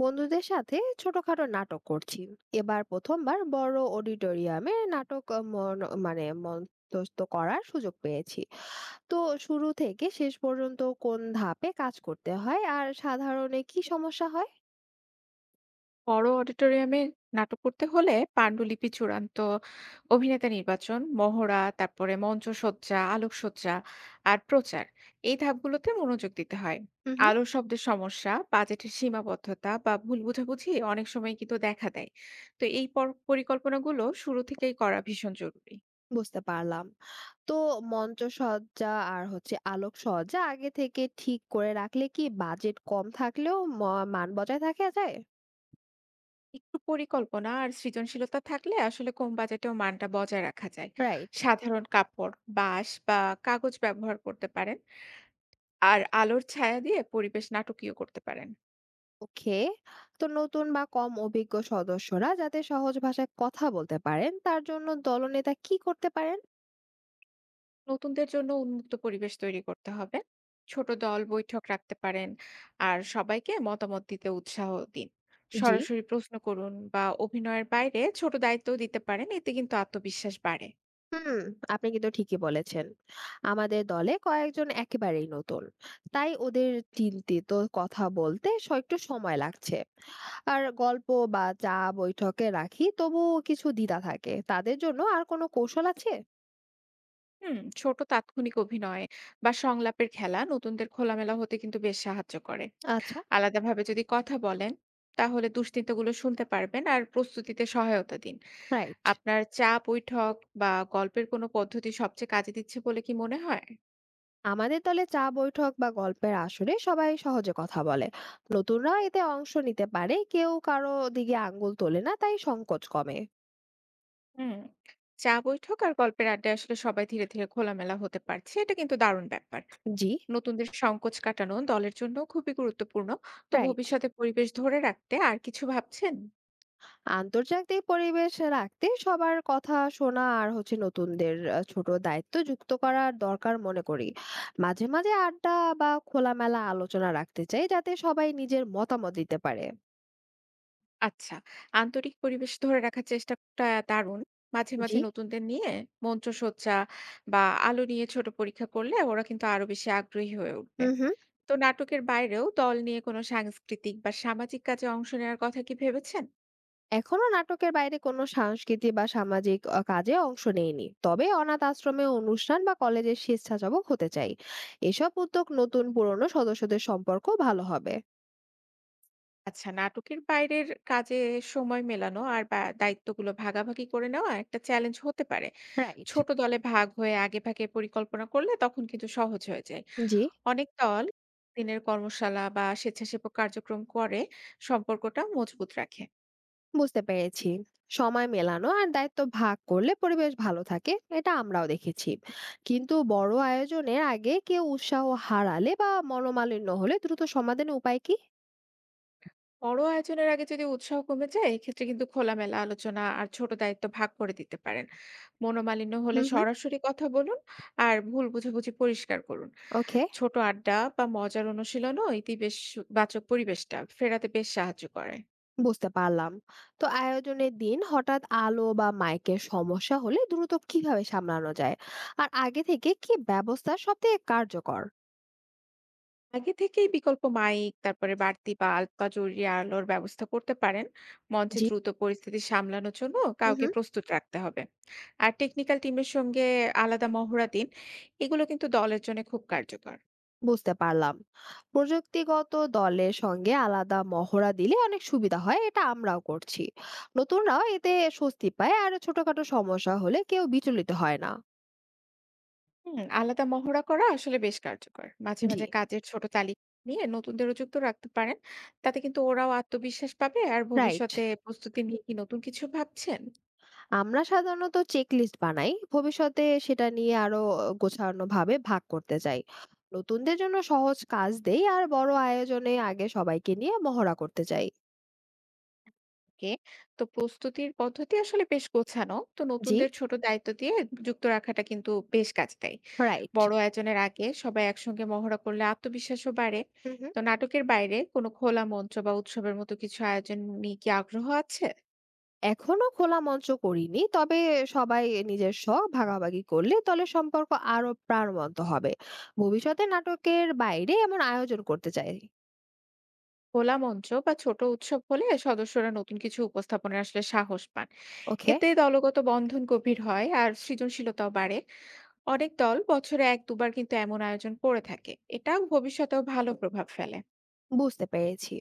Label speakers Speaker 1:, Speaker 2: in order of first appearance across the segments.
Speaker 1: বন্ধুদের সাথে ছোটখাটো নাটক করছি। এবার প্রথমবার বড় অডিটোরিয়ামে নাটক আহ, মন- মানে মঞ্চস্থ করার সুযোগ পেয়েছি। তো শুরু থেকে শেষ পর্যন্ত কোন ধাপে কাজ করতে হয় আর সাধারণে কি সমস্যা হয়?
Speaker 2: বড় অডিটোরিয়ামে নাটক করতে হলে পাণ্ডুলিপি চূড়ান্ত, অভিনেতা নির্বাচন, মহড়া, তারপরে মঞ্চসজ্জা, আলোকসজ্জা আর প্রচার, এই ধাপগুলোতে মনোযোগ দিতে হয়।
Speaker 1: হুম হুম।
Speaker 2: আলোর শব্দের সমস্যা, বাজেটের সীমাবদ্ধতা বা ভুল বোঝাবুঝি অনেক সময় কিন্তু দেখা দেয়। তো এই পরিকল্পনাগুলো শুরু থেকেই করা ভীষণ জরুরি।
Speaker 1: বুঝতে পারলাম। তো মঞ্চ সজ্জা আর হচ্ছে আলোক সজ্জা আগে থেকে ঠিক করে রাখলে কি বাজেট কম থাকলেও মান বজায় থাকা যায়?
Speaker 2: একটু পরিকল্পনা আর সৃজনশীলতা থাকলে আসলে কম বাজেটেও মানটা বজায় রাখা যায়।
Speaker 1: রাইট।
Speaker 2: সাধারণ কাপড়, বাঁশ বা কাগজ ব্যবহার করতে পারেন আর আলোর ছায়া দিয়ে পরিবেশ নাটকীয় করতে পারেন।
Speaker 1: ওকে। তো নতুন বা কম অভিজ্ঞ সদস্যরা যাতে সহজ ভাষায় কথা বলতে পারেন তার জন্য দলনেতা কি করতে পারেন?
Speaker 2: নতুনদের জন্য উন্মুক্ত পরিবেশ তৈরি করতে হবে। ছোট দল বৈঠক রাখতে পারেন। আর সবাইকে মতামত দিতে উৎসাহ দিন।
Speaker 1: জি।
Speaker 2: সরাসরি প্রশ্ন করুন বা অভিনয়ের বাইরে ছোট দায়িত্বও দিতে পারেন। এতে কিন্তু আত্মবিশ্বাস বাড়ে।
Speaker 1: হুম। আপনি কিন্তু ঠিকই বলেছেন, আমাদের দলে কয়েকজন একেবারেই নতুন, তাই ওদের চিন্তিত কথা বলতে একটু সময় লাগছে। আর গল্প বা চা বৈঠকে রাখি তবুও কিছু দ্বিধা থাকে, তাদের জন্য আর কোনো কৌশল আছে?
Speaker 2: ছোট তাৎক্ষণিক অভিনয় বা সংলাপের খেলা নতুনদের খোলামেলা হতে কিন্তু বেশ সাহায্য করে।
Speaker 1: আচ্ছা।
Speaker 2: আলাদাভাবে যদি কথা বলেন, তাহলে দুশ্চিন্তাগুলো শুনতে পারবেন আর প্রস্তুতিতে সহায়তা দিন।
Speaker 1: রাইট।
Speaker 2: আপনার চা বৈঠক বা গল্পের কোনো পদ্ধতি সবচেয়ে কাজে দিচ্ছে বলে কি মনে হয়?
Speaker 1: আমাদের দলে চা বৈঠক বা গল্পের আসরে সবাই সহজে কথা বলে, নতুনরা এতে অংশ নিতে পারে, কেউ কারো দিকে আঙ্গুল তোলে না তাই সংকোচ কমে।
Speaker 2: হুম। চা বৈঠক আর গল্পের আড্ডায় আসলে সবাই ধীরে, ধীরে খোলামেলা হতে পারছে। এটা কিন্তু দারুণ ব্যাপার।
Speaker 1: জি।
Speaker 2: নতুনদের সংকোচ কাটানো দলের জন্য খুবই গুরুত্বপূর্ণ। তো
Speaker 1: রাইট।
Speaker 2: ভবিষ্যতে পরিবেশ ধরে রাখতে আর কিছু ভাবছেন?
Speaker 1: আন্তর্জাতিক পরিবেশ রাখতে সবার কথা শোনা আর হচ্ছে নতুনদের ছোট দায়িত্ব যুক্ত করার দরকার মনে করি। মাঝে মাঝে আড্ডা বা খোলামেলা আলোচনা রাখতে চাই, যাতে সবাই নিজের মতামত দিতে পারে।
Speaker 2: আচ্ছা, আন্তরিক পরিবেশ ধরে রাখার চেষ্টাটা দারুণ। মাঝে,
Speaker 1: জি।
Speaker 2: মাঝে নতুনদের নিয়ে মঞ্চসজ্জা বা আলো নিয়ে ছোট পরীক্ষা করলে ওরা কিন্তু আরো বেশি আগ্রহী হয়ে উঠবে।
Speaker 1: হুম হুম।
Speaker 2: তো নাটকের বাইরেও দল নিয়ে কোনো সাংস্কৃতিক বা সামাজিক কাজে অংশ নেওয়ার কথা কি ভেবেছেন?
Speaker 1: এখনো নাটকের বাইরে কোনো সাংস্কৃতিক বা সামাজিক কাজে অংশ নেইনি, তবে অনাথ আশ্রমে অনুষ্ঠান বা কলেজের স্বেচ্ছাসেবক হতে চাই। এসব উদ্যোগ নতুন পুরনো সদস্যদের সম্পর্ক ভালো হবে।
Speaker 2: আচ্ছা, নাটকের বাইরের কাজে সময় মেলানো আর বা দায়িত্বগুলো ভাগাভাগি করে নেওয়া একটা চ্যালেঞ্জ হতে পারে।
Speaker 1: রাইট।
Speaker 2: ছোট দলে ভাগ হয়ে আগেভাগে পরিকল্পনা করলে তখন কিন্তু সহজ হয়ে যায়।
Speaker 1: জি।
Speaker 2: অনেক দল দিনের কর্মশালা বা স্বেচ্ছাসেবক কার্যক্রম করে সম্পর্কটা মজবুত রাখে।
Speaker 1: বুঝতে পেরেছি। সময় মেলানো আর দায়িত্ব ভাগ করলে পরিবেশ ভালো থাকে, এটা আমরাও দেখেছি। কিন্তু বড় আয়োজনের আগে কেউ উৎসাহ হারালে বা মনোমালিন্য হলে দ্রুত সমাধানের উপায় কি?
Speaker 2: বড় আয়োজনের আগে যদি উৎসাহ কমে যায়, এক্ষেত্রে কিন্তু খোলামেলা আলোচনা আর ছোট দায়িত্ব ভাগ করে দিতে পারেন। মনোমালিন্য হলে
Speaker 1: হুম হুম।
Speaker 2: সরাসরি কথা বলুন আর ভুল বুঝাবুঝি পরিষ্কার করুন।
Speaker 1: ওকে।
Speaker 2: ছোট আড্ডা বা মজার অনুশীলনও ইতিবাচক পরিবেশটা ফেরাতে বেশ সাহায্য করে।
Speaker 1: বুঝতে পারলাম। তো আয়োজনের দিন হঠাৎ আলো বা মাইকের সমস্যা হলে দ্রুত কিভাবে সামলানো যায়? আর আগে থেকে কি ব্যবস্থা সবথেকে কার্যকর?
Speaker 2: আগে থেকেই বিকল্প মাইক, তারপরে বাড়তি বাল্ব বা জরুরি আলোর ব্যবস্থা করতে পারেন। মঞ্চে
Speaker 1: জি।
Speaker 2: দ্রুত পরিস্থিতি সামলানোর জন্য
Speaker 1: হুম,
Speaker 2: কাউকে
Speaker 1: হুম।
Speaker 2: প্রস্তুত রাখতে হবে। আর টেকনিক্যাল টিমের সঙ্গে আলাদা মহড়া দিন, এগুলো কিন্তু দলের জন্য খুব কার্যকর।
Speaker 1: বুঝতে পারলাম। প্রযুক্তিগত দলের সঙ্গে আলাদা মহড়া দিলে অনেক সুবিধা হয়, এটা আমরাও করছি। নতুনরাও এতে স্বস্তি পায় আর ছোটখাটো সমস্যা হলে কেউ বিচলিত হয় না।
Speaker 2: আলাদা মহড়া করা আসলে বেশ কার্যকর। মাঝে,
Speaker 1: জি,
Speaker 2: মাঝে কাজের ছোট তালিকা নিয়ে নতুনদেরও যুক্ত রাখতে পারেন। তাতে কিন্তু ওরাও আত্মবিশ্বাস পাবে। আর
Speaker 1: রাইট।
Speaker 2: ভবিষ্যতে প্রস্তুতি নিয়ে কি নতুন কিছু ভাবছেন?
Speaker 1: আমরা সাধারণত চেকলিস্ট বানাই। ভবিষ্যতে সেটা নিয়ে আরো গোছানোভাবে ভাগ করতে চাই। নতুনদের জন্য সহজ কাজ দেই আর বড় আয়োজনে আগে সবাইকে নিয়ে মহড়া করতে চাই।
Speaker 2: ওকে। তো প্রস্তুতির পদ্ধতি আসলে বেশ গোছানো। তো
Speaker 1: জি,
Speaker 2: নতুনদের ছোট দায়িত্ব দিয়ে যুক্ত রাখাটা কিন্তু বেশ কাজ দেয়।
Speaker 1: রাইট।
Speaker 2: বড় আয়োজনের আগে সবাই একসঙ্গে মহড়া করলে আত্মবিশ্বাসও বাড়ে।
Speaker 1: হুম, হুম।
Speaker 2: তো নাটকের বাইরে কোনো খোলা মঞ্চ বা উৎসবের মতো কিছু আয়োজন নিয়ে কি আগ্রহ আছে?
Speaker 1: এখনো খোলা মঞ্চ করিনি। তবে সবাই নিজের শখ ভাগাভাগি করলে দলের সম্পর্ক আরো প্রাণবন্ত হবে। ভবিষ্যতে নাটকের বাইরে এমন আয়োজন করতে চাই।
Speaker 2: খোলা মঞ্চ বা ছোট উৎসব হলে সদস্যরা নতুন কিছু উপস্থাপনের আসলে সাহস পান।
Speaker 1: ওকে।
Speaker 2: এতে দলগত বন্ধন গভীর হয় আর সৃজনশীলতাও বাড়ে। অনেক দল বছরে 1-2 বার কিন্তু এমন আয়োজন করে থাকে, এটাও ভবিষ্যতেও ভালো প্রভাব ফেলে।
Speaker 1: বুঝতে পেরেছি,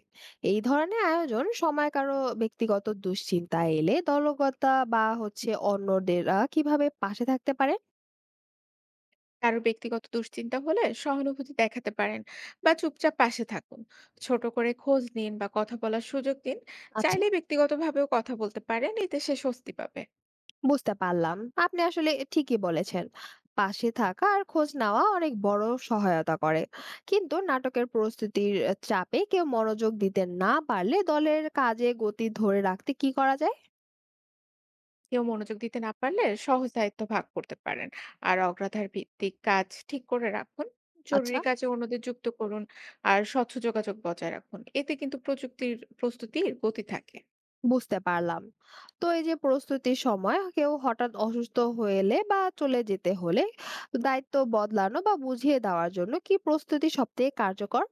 Speaker 1: এই ধরনের আয়োজন সময় কারো ব্যক্তিগত দুশ্চিন্তা এলে দলগতা বা হচ্ছে অন্যদেরা কিভাবে পাশে থাকতে পারে?
Speaker 2: কারো ব্যক্তিগত দুশ্চিন্তা হলে সহানুভূতি দেখাতে পারেন বা চুপচাপ পাশে থাকুন। ছোট করে খোঁজ নিন বা কথা বলার সুযোগ দিন।
Speaker 1: আচ্ছা।
Speaker 2: চাইলে ব্যক্তিগতভাবেও কথা বলতে পারেন, এতে সে স্বস্তি পাবে।
Speaker 1: বুঝতে পারলাম। আপনি আসলে ঠিকই বলেছেন, পাশে থাকা আর খোঁজ নেওয়া অনেক বড় সহায়তা করে। কিন্তু নাটকের প্রস্তুতির চাপে কেউ মনোযোগ দিতে না পারলে দলের কাজে গতি ধরে রাখতে কি করা যায়?
Speaker 2: কেউ মনোযোগ দিতে না পারলে সহজ দায়িত্ব ভাগ করতে পারেন আর অগ্রাধার ভিত্তিক কাজ ঠিক করে রাখুন।
Speaker 1: আচ্ছা।
Speaker 2: জরুরি কাজে অন্যদের যুক্ত করুন আর স্বচ্ছ যোগাযোগ বজায় রাখুন, এতে কিন্তু প্রযুক্তির প্রস্তুতির গতি থাকে।
Speaker 1: বুঝতে পারলাম। তো এই যে প্রস্তুতির সময় কেউ হঠাৎ অসুস্থ হলে বা চলে যেতে হলে দায়িত্ব বদলানো বা বুঝিয়ে দেওয়ার জন্য কি প্রস্তুতি সবথেকে কার্যকর?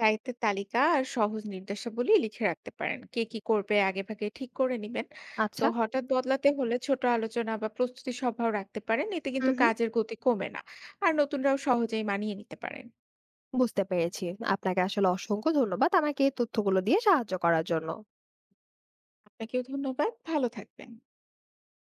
Speaker 2: দায়িত্বের তালিকা আর সহজ নির্দেশাবলী লিখে রাখতে পারেন, কে কি করবে আগে ভাগে ঠিক করে নিবেন। তো
Speaker 1: আচ্ছা,
Speaker 2: হঠাৎ বদলাতে হলে ছোট আলোচনা বা প্রস্তুতি সভাও রাখতে পারেন, এতে কিন্তু
Speaker 1: হুম, হুম,
Speaker 2: কাজের গতি কমে না আর নতুনরাও সহজেই মানিয়ে নিতে পারেন।
Speaker 1: বুঝতে পেরেছি। আপনাকে আসলে অসংখ্য ধন্যবাদ আমাকে এই তথ্যগুলো দিয়ে সাহায্য করার জন্য।
Speaker 2: আপনাকেও ধন্যবাদ, ভালো থাকবেন।